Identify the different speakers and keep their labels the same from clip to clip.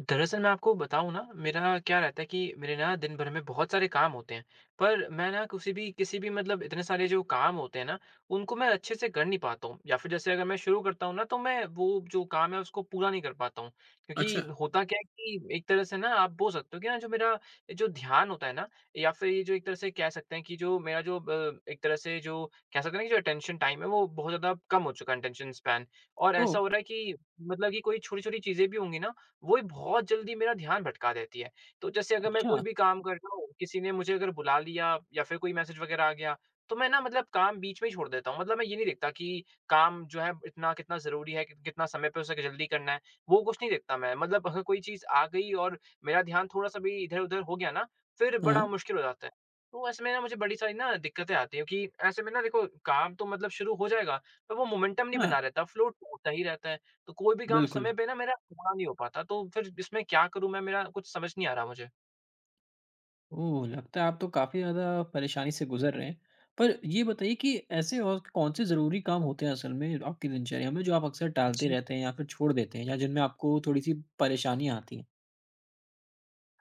Speaker 1: दरअसल मैं आपको बताऊँ ना, मेरा क्या रहता है कि मेरे ना दिन भर में बहुत सारे काम होते हैं, पर मैं ना किसी भी मतलब इतने सारे जो काम होते हैं ना, उनको मैं अच्छे से कर नहीं पाता हूँ या फिर जैसे अगर मैं शुरू करता हूँ ना, तो मैं वो जो काम है उसको पूरा नहीं कर पाता हूँ। क्योंकि
Speaker 2: अच्छा।
Speaker 1: होता क्या है कि एक तरह से ना आप बोल सकते हो कि ना जो मेरा जो ध्यान होता है ना, या फिर ये जो एक तरह से कह सकते हैं कि जो मेरा जो ब एक तरह से जो कह सकते हैं ना कि जो अटेंशन टाइम है वो बहुत ज़्यादा कम हो चुका है, अटेंशन स्पैन। और
Speaker 2: ओह!
Speaker 1: ऐसा हो रहा है कि मतलब कि कोई छोटी-छोटी चीज़ें भी होंगी ना, वो ही बहुत जल्दी मेरा ध्यान भटका देती है। तो जैसे अगर मैं
Speaker 2: अच्छा।
Speaker 1: कोई भी काम कर रहा हूँ, किसी ने मुझे अगर बुला लिया या फिर कोई मैसेज वगैरह आ गया, तो मैं ना मतलब काम बीच में ही छोड़ देता हूँ। मतलब मैं ये नहीं देखता कि काम जो है इतना कितना ज़रूरी है, कि कितना समय पे उसे जल्दी करना है, वो कुछ नहीं देखता मैं। मतलब अगर कोई चीज़ आ गई और मेरा ध्यान थोड़ा-सा भी इधर-उधर हो गया ना, फिर
Speaker 2: हाँ,
Speaker 1: बड़ा मुश्किल हो जाता है। तो ऐसे में ना मुझे बड़ी सारी ना दिक्कतें आती हैं कि ऐसे में ना देखो काम तो मतलब शुरू हो जाएगा, पर वो मोमेंटम नहीं
Speaker 2: हाँ,
Speaker 1: बना रहता, फ्लो टूटता ही रहता है। तो कोई भी काम
Speaker 2: बिल्कुल।
Speaker 1: समय पे ना मेरा पूरा नहीं हो पाता, तो फिर इसमें क्या करूँ मैं? मेरा कुछ समझ नहीं आ रहा मुझे।
Speaker 2: ओह! लगता है आप तो काफ़ी ज़्यादा परेशानी से गुज़र रहे हैं। पर ये बताइए कि ऐसे और कौन से ज़रूरी काम होते हैं असल में आपकी दिनचर्या में जो आप अक्सर टालते रहते हैं या फिर छोड़ देते हैं या जिनमें आपको थोड़ी-सी परेशानियाँ आती हैं?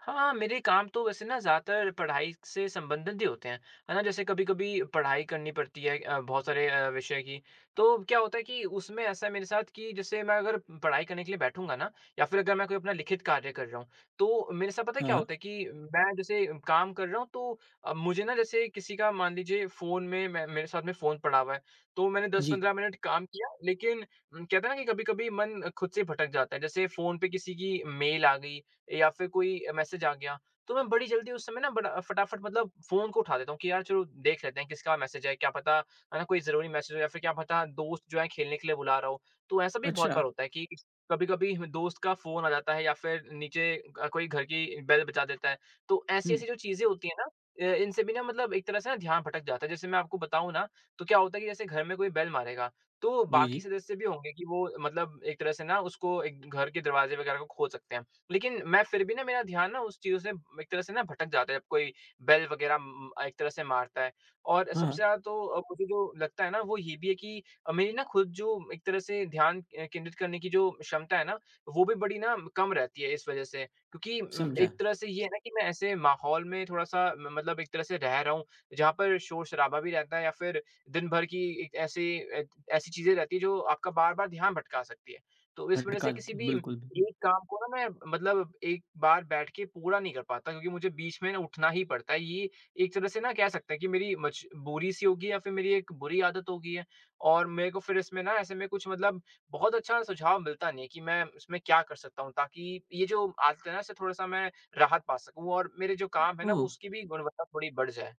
Speaker 1: हाँ, मेरे काम तो वैसे ना ज़्यादातर पढ़ाई से संबंधित ही होते हैं, है ना? जैसे कभी-कभी पढ़ाई करनी पड़ती है बहुत सारे विषय की, तो क्या होता है कि उसमें ऐसा है मेरे साथ कि जैसे मैं अगर पढ़ाई करने के लिए बैठूँगा ना, या फिर अगर मैं कोई अपना लिखित कार्य कर रहा हूँ, तो मेरे साथ पता है
Speaker 2: हाँ,
Speaker 1: क्या
Speaker 2: हाँ।
Speaker 1: होता है कि मैं जैसे काम कर रहा हूँ तो मुझे ना जैसे किसी का मान लीजिए फ़ोन में, मैं मेरे साथ में फ़ोन पड़ा हुआ है, तो मैंने
Speaker 2: जी।
Speaker 1: 10-15 मिनट काम किया, लेकिन कहते हैं ना कि कभी-कभी मन खुद से भटक जाता है। जैसे फ़ोन पे किसी की मेल आ गई या फिर कोई मैसेज आ गया, तो मैं बड़ी जल्दी उस समय ना बड़ा फटाफट मतलब फ़ोन को उठा देता हूँ कि यार चलो देख लेते हैं किसका मैसेज है, क्या पता है ना कोई ज़रूरी मैसेज हो या फिर क्या पता दोस्त जो है खेलने के लिए बुला रहा हो। तो ऐसा भी बहुत
Speaker 2: अच्छा।
Speaker 1: बार होता है कि कभी-कभी दोस्त का फ़ोन आ जाता है या फिर नीचे कोई घर की बेल बजा देता है। तो
Speaker 2: हुँ।
Speaker 1: ऐसी-ऐसी जो चीज़ें होती हैं ना, इनसे भी ना मतलब एक तरह से ना ध्यान भटक जाता है। जैसे मैं आपको बताऊँ ना, तो क्या होता है कि जैसे घर में कोई बेल मारेगा, तो
Speaker 2: जी,
Speaker 1: बाकी
Speaker 2: जी।
Speaker 1: सदस्य भी होंगे कि वो मतलब एक तरह से ना उसको, एक घर के दरवाज़े वगैरह को खोल सकते हैं। लेकिन मैं फिर भी ना मेरा ध्यान ना उस चीज़ों से एक तरह से ना भटक जाता है जब कोई बेल वग़ैरह एक तरह से मारता है। और
Speaker 2: हाँ,
Speaker 1: सबसे
Speaker 2: हाँ,
Speaker 1: ज़्यादा तो मुझे जो लगता है ना वो ये भी है कि मेरी ना खुद जो एक तरह से ध्यान केंद्रित करने की जो क्षमता है ना, वो भी बड़ी ना कम रहती है इस वज़ह से। क्योंकि
Speaker 2: समझा।
Speaker 1: एक तरह से ये है ना कि मैं ऐसे माहौल में थोड़ा-सा म मतलब एक तरह से रह रहा हूँ, जहाँ पर शोर-शराबा भी रहता है या फिर दिन भर की एक ऐसी चीज़ें रहती हैं जो आपका बार-बार ध्यान भटका सकती है। तो इस वज़ह से
Speaker 2: भटका
Speaker 1: किसी
Speaker 2: देती हैं,
Speaker 1: भी
Speaker 2: बिल्कुल, बिल्कुल।
Speaker 1: एक काम को ना मैं मतलब एक बार बैठ के पूरा नहीं कर पाता, क्योंकि मुझे बीच में ना उठना ही पड़ता है। ये एक तरह से ना कह सकते हैं कि मेरी मजबूरी सी होगी या फिर मेरी एक बुरी आदत हो गई है, और मेरे को फिर इसमें ना ऐसे में कुछ मतलब बहुत अच्छा सुझाव मिलता नहीं है कि मैं इसमें क्या कर सकता हूँ, ताकि ये जो आदत है ना इससे थोड़ा सा मैं राहत पा सकूँ और मेरे जो काम है ना वो
Speaker 2: ओह!
Speaker 1: उसकी भी गुणवत्ता थोड़ी बढ़ जाए।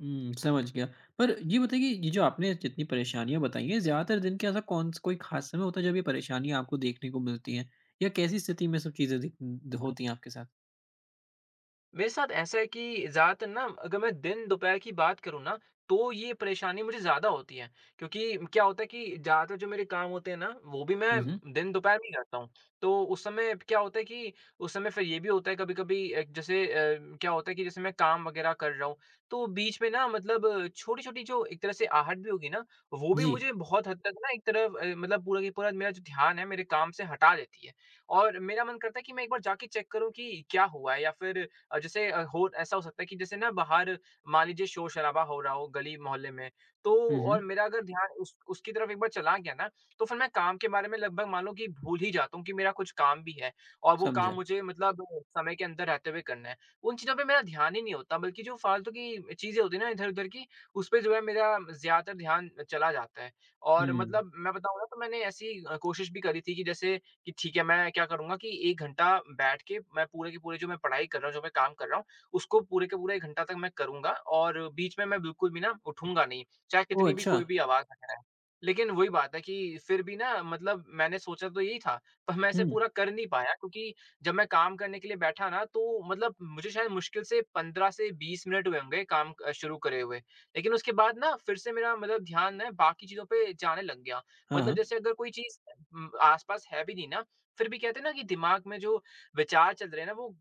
Speaker 2: हुँ, समझ गया। पर ये बताइए कि ये जो आपने जितनी परेशानियाँ बताई हैं, ज़्यादातर दिन का ऐसा कौन-सा कोई ख़ास समय होता है जब ये परेशानियाँ आपको देखने को मिलती हैं? या कैसी स्थिति में सब चीज़ें दिख द होती हैं आपके साथ?
Speaker 1: मेरे साथ ऐसा है कि ज़्यादातर ना अगर मैं दिन दोपहर की बात करूँ ना, तो ये परेशानी मुझे ज़्यादा होती है। क्योंकि क्या होता है कि ज़्यादातर जो मेरे काम होते हैं ना, वो भी मैं
Speaker 2: हुँ, हुँ।
Speaker 1: दिन दोपहर में ही करता हूँ। तो उस समय क्या होता है कि उस समय फिर ये भी होता है कभी-कभी जैसे क्या होता है कि जैसे मैं काम वगैरह कर रहा हूँ, तो बीच में ना मतलब छोटी-छोटी जो एक तरह से आहट भी होगी ना, वो भी
Speaker 2: जी।
Speaker 1: मुझे बहुत हद तक ना एक तरफ मतलब पूरा की पूरा मेरा जो ध्यान है, मेरे काम से हटा देती है। और मेरा मन करता है कि मैं एक बार जाके चेक करूँ कि क्या हुआ है, या फिर अ, जैसे अ, हो ऐसा हो सकता है कि जैसे ना बाहर मान लीजिए शोर-शराबा हो रहा हो गली मोहल्ले में, तो
Speaker 2: हुँ,
Speaker 1: और
Speaker 2: हुँ।
Speaker 1: मेरा अगर ध्यान उस उसकी तरफ एक बार चला गया ना, तो फिर मैं काम के बारे में लगभग मान लो कि भूल ही जाता हूँ कि मेरा कुछ काम भी है, और वो काम
Speaker 2: समझा।
Speaker 1: मुझे मतलब समय के अंदर रहते हुए करना है। उन चीज़ों पे मेरा ध्यान ही नहीं होता, बल्कि जो फालतू की चीज़ें होती हैं ना इधर-उधर की, उस पे जो है मेरा ज़्यादातर ध्यान चला जाता है। और
Speaker 2: हुँ।
Speaker 1: मतलब मैं बताऊँ ना तो मैंने ऐसी कोशिश भी करी थी कि जैसे कि ठीक है, मैं क्या करूँगा कि 1 घंटा बैठ के मैं पूरे के पूरे जो मैं पढ़ाई कर रहा हूँ, जो मैं काम कर रहा हूँ, उसको पूरे के पूरा 1 घंटा तक मैं करूँगा, और बीच में मैं बिल्कुल भी ना उठूँगा नहीं, चाहे
Speaker 2: ओह!
Speaker 1: कितनी भी
Speaker 2: अच्छा।
Speaker 1: कोई भी आवाज़ आ जाए। लेकिन वही बात है कि फिर भी ना मतलब मैंने सोचा तो यही था, पर मैं इसे
Speaker 2: हुँ।
Speaker 1: पूरा कर नहीं पाया, क्योंकि जब मैं काम करने के लिए बैठा ना तो मतलब मुझे शायद मुश्किल से 15 से 20 मिनट हुए होंगे काम शुरू करे हुए। लेकिन उसके बाद ना फिर से मेरा मतलब ध्यान ना बाकी चीज़ों पे जाने लग गया।
Speaker 2: हाँ,
Speaker 1: मतलब
Speaker 2: हाँ।
Speaker 1: जैसे अगर कोई चीज़ आस-पास है भी नहीं ना, फिर भी कहते हैं ना कि दिमाग में जो विचार चल रहे हैं ना, वो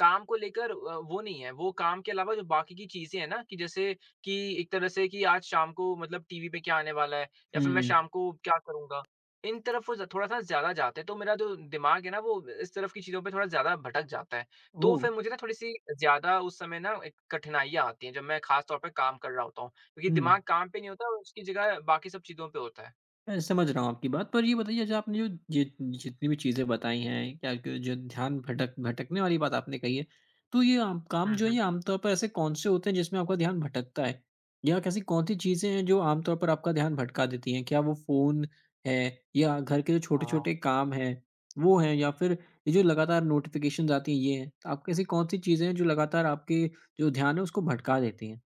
Speaker 1: काम को लेकर वो नहीं है, वो काम के अलावा जो बाकी की चीज़ें हैं ना, कि जैसे कि एक तरह से कि आज शाम को मतलब टीवी पे क्या आने वाला है या फिर मैं
Speaker 2: हुँ।
Speaker 1: शाम को क्या करूँगा, इन तरफ वो ज थोड़ा-सा ज़्यादा जाते हैं, तो मेरा जो दिमाग है ना वो इस तरफ की चीज़ों पे थोड़ा ज़्यादा भटक जाता है। तो
Speaker 2: ओह!
Speaker 1: फिर मुझे ना थोड़ी-सी ज़्यादा उस समय ना एक कठिनाइयाँ आती हैं, जब मैं ख़ास तौर पे काम कर रहा होता हूँ, क्योंकि
Speaker 2: हुँ।
Speaker 1: दिमाग काम पे नहीं होता, उसकी जगह बाकी सब चीज़ों पे होता है।
Speaker 2: मैं समझ रहा हूँ आपकी बात। पर ये बताइए, जो आपने जो जि जितनी भी चीज़ें बताई हैं, क्या क जो ध्यान भटकने वाली बात आपने कही है, तो ये आम काम
Speaker 1: हुँ,
Speaker 2: जो है
Speaker 1: हुँ।
Speaker 2: ये आमतौर पर ऐसे कौन-से होते हैं जिसमें आपका ध्यान भटकता है? या कैसी कौन-सी चीज़ें हैं जो आमतौर पर आपका ध्यान भटका देती हैं? क्या वो फ़ोन है, या घर के जो
Speaker 1: हाँ।
Speaker 2: छोटे-छोटे काम हैं, वो हैं, या फिर ये जो लगातार नोटिफ़िकेशंस आती हैं, ये हैं? तो आपको ऐसी कौन-सी चीज़ें हैं जो लगातार आपके जो ध्यान है उसको भटका देती हैं?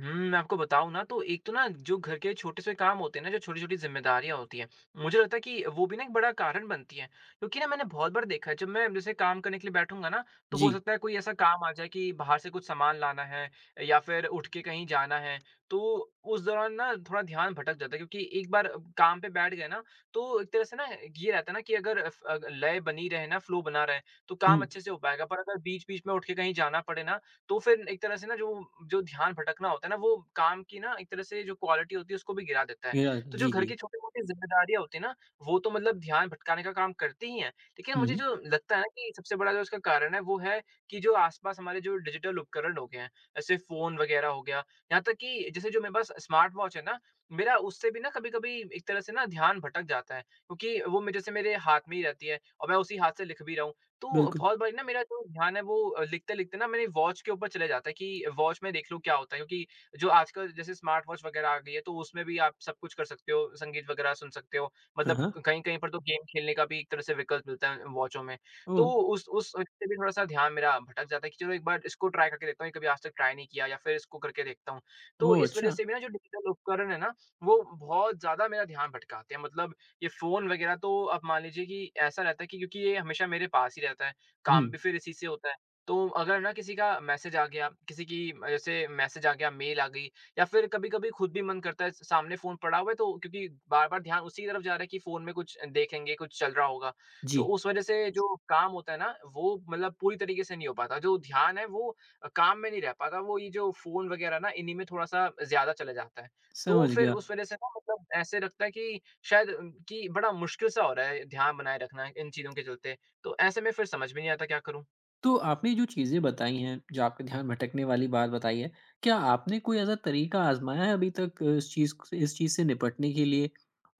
Speaker 1: मैं आपको बताऊँ ना तो एक तो ना जो घर के छोटे से काम होते हैं ना, जो छोटी-छोटी ज़िम्मेदारियाँ होती हैं, मुझे लगता है कि वो भी ना एक बड़ा कारण बनती हैं। क्योंकि ना मैंने बहुत बार देखा है जब मैं जैसे काम करने के लिए बैठूँगा ना, तो हो
Speaker 2: जी।
Speaker 1: सकता है कोई ऐसा काम आ जाए कि बाहर से कुछ सामान लाना है या फिर उठ के कहीं जाना है। तो उस दौरान ना थोड़ा ध्यान भटक जाता है, क्योंकि एक बार काम पे बैठ गए ना तो एक तरह से ना ये रहता है ना कि अगर अ, फ अगर लय बनी रहे ना, फ्लो बना रहे, तो काम
Speaker 2: हुँ।
Speaker 1: अच्छे से हो पाएगा। पर अगर बीच-बीच में उठ के कहीं जाना पड़े ना तो फिर एक तरह से ना जो जो ध्यान भटकना होता है ना, वो काम की ना एक तरह से जो क्वालिटी होती है उसको भी गिरा देता है। तो जो
Speaker 2: जी,
Speaker 1: घर की
Speaker 2: जी।
Speaker 1: छोटी-मोटी ज़िम्मेदारियाँ होती हैं ना, वो तो मतलब ध्यान भटकाने का काम करती ही हैं। लेकिन
Speaker 2: हुँ,
Speaker 1: मुझे
Speaker 2: हुँ।
Speaker 1: जो लगता है ना कि सबसे बड़ा जो इसका कारण है वो है कि जो आस-पास हमारे जो डिजिटल उपकरण हो गए हैं, जैसे फ़ोन वग़ैरह हो गया, यहाँ तक कि जैसे जो मेरे पास स्मार्ट वॉच है ना, मेरा उससे भी ना कभी-कभी एक तरह से ना ध्यान भटक जाता है। क्योंकि वो मे जैसे मेरे हाथ में ही रहती है, और मैं उसी हाथ से लिख भी रहा हूँ। तो
Speaker 2: बिल्कुल।
Speaker 1: बहुत बारी ना मेरा जो ध्यान है वो लिखते-लिखते ना मेरी वॉच के ऊपर चले जाता है कि वॉच में देख लूँ क्या होता है, क्योंकि जो आजकल जैसे स्मार्ट वॉच वगैरह आ गई है, तो उसमें भी आप सब कुछ कर सकते हो, संगीत वगैरह सुन सकते हो।
Speaker 2: हाँ,
Speaker 1: मतलब
Speaker 2: हाँ।
Speaker 1: कहीं-कहीं पर तो गेम खेलने का भी एक तरह से विकल्प मिलता है वॉचों में। तो
Speaker 2: ओह!
Speaker 1: उस उससे भी थोड़ा-सा ध्यान मेरा भटक जाता है कि चलो एक बार इसको ट्राई करके देखता हूँ, ये कभी आज तक ट्राई नहीं किया या फिर इसको करके देखता हूँ। तो
Speaker 2: ओह!
Speaker 1: इस वजह
Speaker 2: अच्छा।
Speaker 1: से भी ना जो डिजिटल उपकरण है ना, वो बहुत ज़्यादा मेरा ध्यान भटकाते हैं। मतलब ये फ़ोन वग़ैरह तो आप मान लीजिए कि ऐसा रहता है कि क्योंकि ये हमेशा मेरे पास ही रहता है,
Speaker 2: हुँ।
Speaker 1: काम भी फिर इसी से होता है। तो अगर ना किसी का मैसेज आ गया, किसी की जैसे मैसेज आ गया, मेल आ गई या फिर कभी-कभी खुद भी मन करता है, स सामने फ़ोन पड़ा हुआ है तो क्योंकि बार-बार ध्यान उसी की तरफ जा रहा है कि फ़ोन में कुछ देखेंगे, कुछ चल रहा होगा।
Speaker 2: जी,
Speaker 1: तो उस वज़ह से जो काम होता है ना वो मतलब पूरी तरीके से नहीं हो पाता। जो ध्यान है वो काम में नहीं रह पाता, वो ये जो फ़ोन वग़ैरह ना इन्हीं में थोड़ा-सा ज़्यादा चला जाता है। तो
Speaker 2: समझ
Speaker 1: फिर
Speaker 2: गया।
Speaker 1: उस वज़ह से ना मतलब ऐसे लगता है कि शायद कि बड़ा मुश्किल सा हो रहा है ध्यान बनाए रखना इन चीज़ों के चलते। तो ऐसे में फिर समझ में नहीं आता, क्या करूँ?
Speaker 2: तो आपने जो चीज़ें बताई हैं, जो आपका ध्यान भटकने वाली बात बताई है, क्या आपने कोई ऐसा तरीका आज़माया है अभी तक इस चीज़ क इस चीज़ से निपटने के लिए?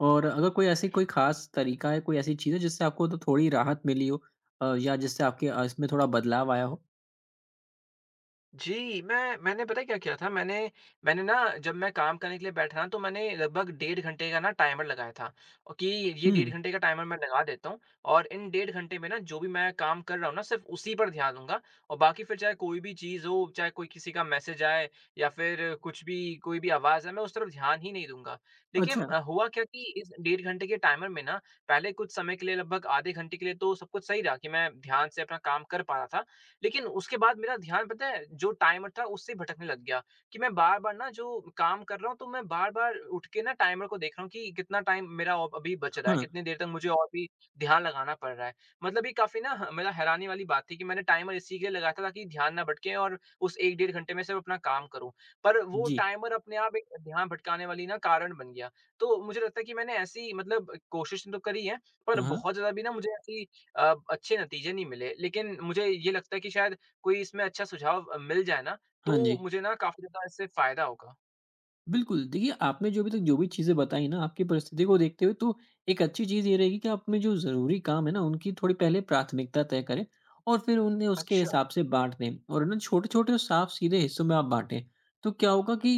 Speaker 2: और अगर कोई ऐसी कोई ख़ास तरीका है, कोई ऐसी चीज़ है जिससे आपको तो थोड़ी राहत मिली हो, या जिससे आपके इसमें थोड़ा बदलाव आया हो?
Speaker 1: जी, मैंने पता है क्या किया था? मैंने मैंने ना जब मैं काम करने के लिए बैठा ना तो मैंने लगभग डेढ़ घंटे का ना टाइमर लगाया था, कि ये
Speaker 2: हुँ।
Speaker 1: डेढ़ घंटे का टाइमर मैं लगा देता हूँ और इन डेढ़ घंटे में ना जो भी मैं काम कर रहा हूँ ना सिर्फ़ उसी पर ध्यान दूँगा, और बाकी फिर चाहे कोई भी चीज़ हो, चाहे कोई किसी का मैसेज आए या फिर कुछ भी कोई भी आवाज़ आए, मैं उस तरफ ध्यान ही नहीं दूँगा। लेकिन
Speaker 2: अच्छा।
Speaker 1: हुआ क्या कि इस डेढ़ घंटे के टाइमर में ना पहले कुछ समय के लिए, लगभग आधे घंटे के लिए तो सब कुछ सही रहा कि मैं ध्यान से अपना काम कर पा रहा था। लेकिन उसके बाद मेरा ध्यान, पता है, जो टाइमर था उससे भटकने लग गया कि मैं बार-बार ना जो काम कर रहा हूँ तो मैं बार-बार उठ के ना टाइमर को देख रहा हूँ कि कितना टाइम मेरा और अभी बच रहा है,
Speaker 2: हाँ।
Speaker 1: कितनी देर तक मुझे और भी ध्यान लगाना पड़ रहा है। मतलब ये काफ़ी ना ह मतलब हैरानी वाली बात थी कि मैंने टाइमर इसी के लिए लगाया था ताकि ध्यान ना भटके और उस 1 डेढ़ घंटे में सिर्फ अपना काम करूँ। पर वो
Speaker 2: जी।
Speaker 1: टाइमर अपने आप एक ध्यान भटकाने वाली ना कारण बन गया। तो मुझे लगता है कि मैंने ऐसी मतलब कोशिश तो करी है, पर
Speaker 2: हाँ,
Speaker 1: बहुत
Speaker 2: हाँ।
Speaker 1: ज़्यादा भी ना मुझे ऐसी अच्छे नतीजे नहीं मिले। लेकिन मुझे ये लगता है कि शायद कोई इसमें अच्छा सुझाव मिल जाए ना,
Speaker 2: हाँ
Speaker 1: तो
Speaker 2: जी।
Speaker 1: मुझे ना काफ़ी ज़्यादा इससे फ़ायदा होगा।
Speaker 2: बिल्कुल, देखिए, आपने जो अभी तक जो भी चीज़ें बताई ना, आपकी परिस्थिति को देखते हुए, तो एक अच्छी चीज़ ये रहेगी कि आप अपने जो ज़रूरी काम है ना, उनकी थोड़ी पहले प्राथमिकता तय करें, और फिर उन्हें उसके
Speaker 1: अच्छा,
Speaker 2: हिसाब से बाँट दें, और ना छोटे-छोटे और साफ-सीधे हिस्सों में आप बाँटें। तो क्या होगा कि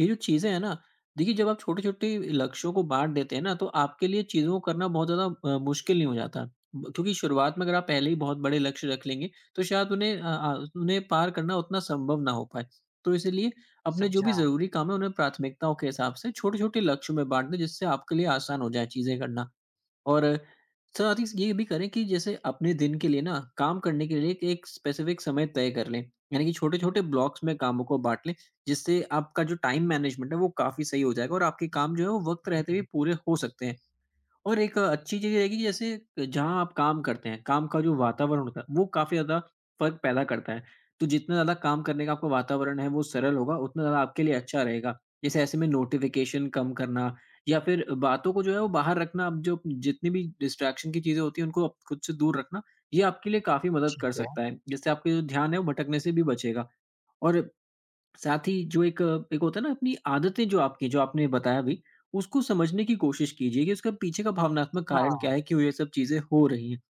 Speaker 2: ये जो चीज़ें हैं ना, देखिए, जब आप छोटे-छोटे लक्ष्यों को बाँट देते हैं ना, तो आपके लिए चीज़ों को करना बहुत ज़्यादा मुश्किल नहीं हो जाता। ब क्योंकि शुरुआत में अगर आप पहले ही बहुत बड़े लक्ष्य रख लेंगे, तो शायद उन्हें उन्हें पार करना उतना संभव ना हो पाए। तो इसीलिए, अपने जो भी
Speaker 1: समझा।
Speaker 2: ज़रूरी काम है, उन्हें प्राथमिकताओं के हिसाब से छोटे-छोटे लक्ष्यों में बाँट दें, जिससे आपके लिए आसान हो जाए चीज़ें करना। और साथ ही ये भी करें कि जैसे अपने दिन के लिए ना, काम करने के लिए एक स्पेसिफ़िक समय तय कर लें। यानी कि छोटे-छोटे ब्लॉक्स में कामों को बाँट लें, जिससे आपका जो टाइम मैनेजमेंट है, वो काफ़ी सही हो जाएगा, और आपके काम जो है, वो वक़्त रहते हुए पूरे हो सकते हैं। और एक अच्छी चीज़ ये रहेगी कि जैसे, जहाँ आप काम करते हैं, काम का जो वातावरण होता है, वो काफ़ी ज़्यादा फ़र्क पैदा करता है। तो जितना ज़्यादा काम करने का आपका वातावरण है, वो सरल होगा, उतना ज़्यादा आपके लिए अच्छा रहेगा। जैसे ऐसे में नोटिफ़िकेशन कम करना, या फिर बातों को जो है वो बाहर रखना, अब जो जितनी भी डिस्ट्रैक्शन की चीज़ें होती हैं, उनको आप खुद से दूर रखना, ये आपके लिए काफ़ी मदद
Speaker 1: ठीक
Speaker 2: कर
Speaker 1: है।
Speaker 2: सकता है। जिससे आपका जो ध्यान है, वो भटकने से भी बचेगा। और साथ ही, जो एक होता है ना, अपनी आदतें, जो आपकी, जो आपने बताया अभी, उसको समझने की कोशिश कीजिए कि उसका पीछे का भावनात्मक कारण क्या
Speaker 1: हाँ,
Speaker 2: है, क्यों ये सब चीज़ें हो रही हैं।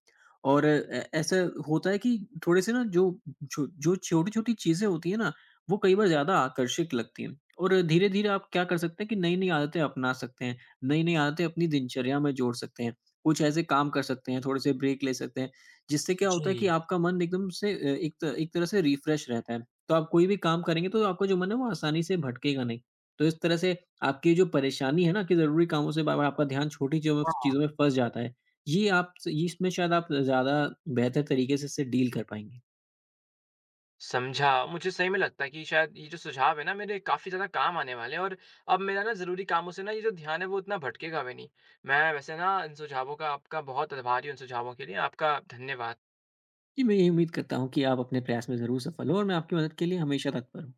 Speaker 2: और ए ऐसा होता है कि थोड़े-से ना, जो जो जो छोटी-छोटी चीज़ें होती हैं ना, वो कई बार ज़्यादा आकर्षक लगती हैं। और धीरे-धीरे आप क्या कर सकते हैं कि नई-नई आदतें अपना सकते हैं, नई-नई आदतें अपनी दिनचर्या में जोड़ सकते हैं। कुछ ऐसे काम कर सकते हैं, थोड़े-से ब्रेक ले सकते हैं, जिससे क्या
Speaker 1: जी।
Speaker 2: होता है कि आपका मन एकदम से, एक तरह से रिफ्रेश रहता है। तो आप कोई भी काम करेंगे तो आपका जो मन है वो आसानी से भटकेगा नहीं। तो इस तरह से, आपकी जो परेशानी है ना, कि ज़रूरी कामों से बार-बार आपका ध्यान छोटी चीज़ों में
Speaker 1: हाँ,
Speaker 2: चीज़ों में फँस जाता है, ये आप, स ये इसमें शायद आप ज़्यादा बेहतर तरीके से इससे डील कर पाएँगे।
Speaker 1: समझा। मुझे सही में लगता है कि शायद ये जो सुझाव है ना मेरे काफ़ी ज़्यादा काम आने वाले हैं, और अब मेरा ना ज़रूरी कामों से ना ये जो ध्यान है वो इतना भटकेगा भी नहीं। मैं वैसे ना इन सुझावों का, आपका बहुत आभारी हूँ इन सुझावों के लिए। आपका धन्यवाद।
Speaker 2: जी, मैं यही उम्मीद करता हूँ कि आप अपने प्रयास में ज़रूर सफल हों, और मैं आपकी मदद के लिए हमेशा तत्पर हूँ।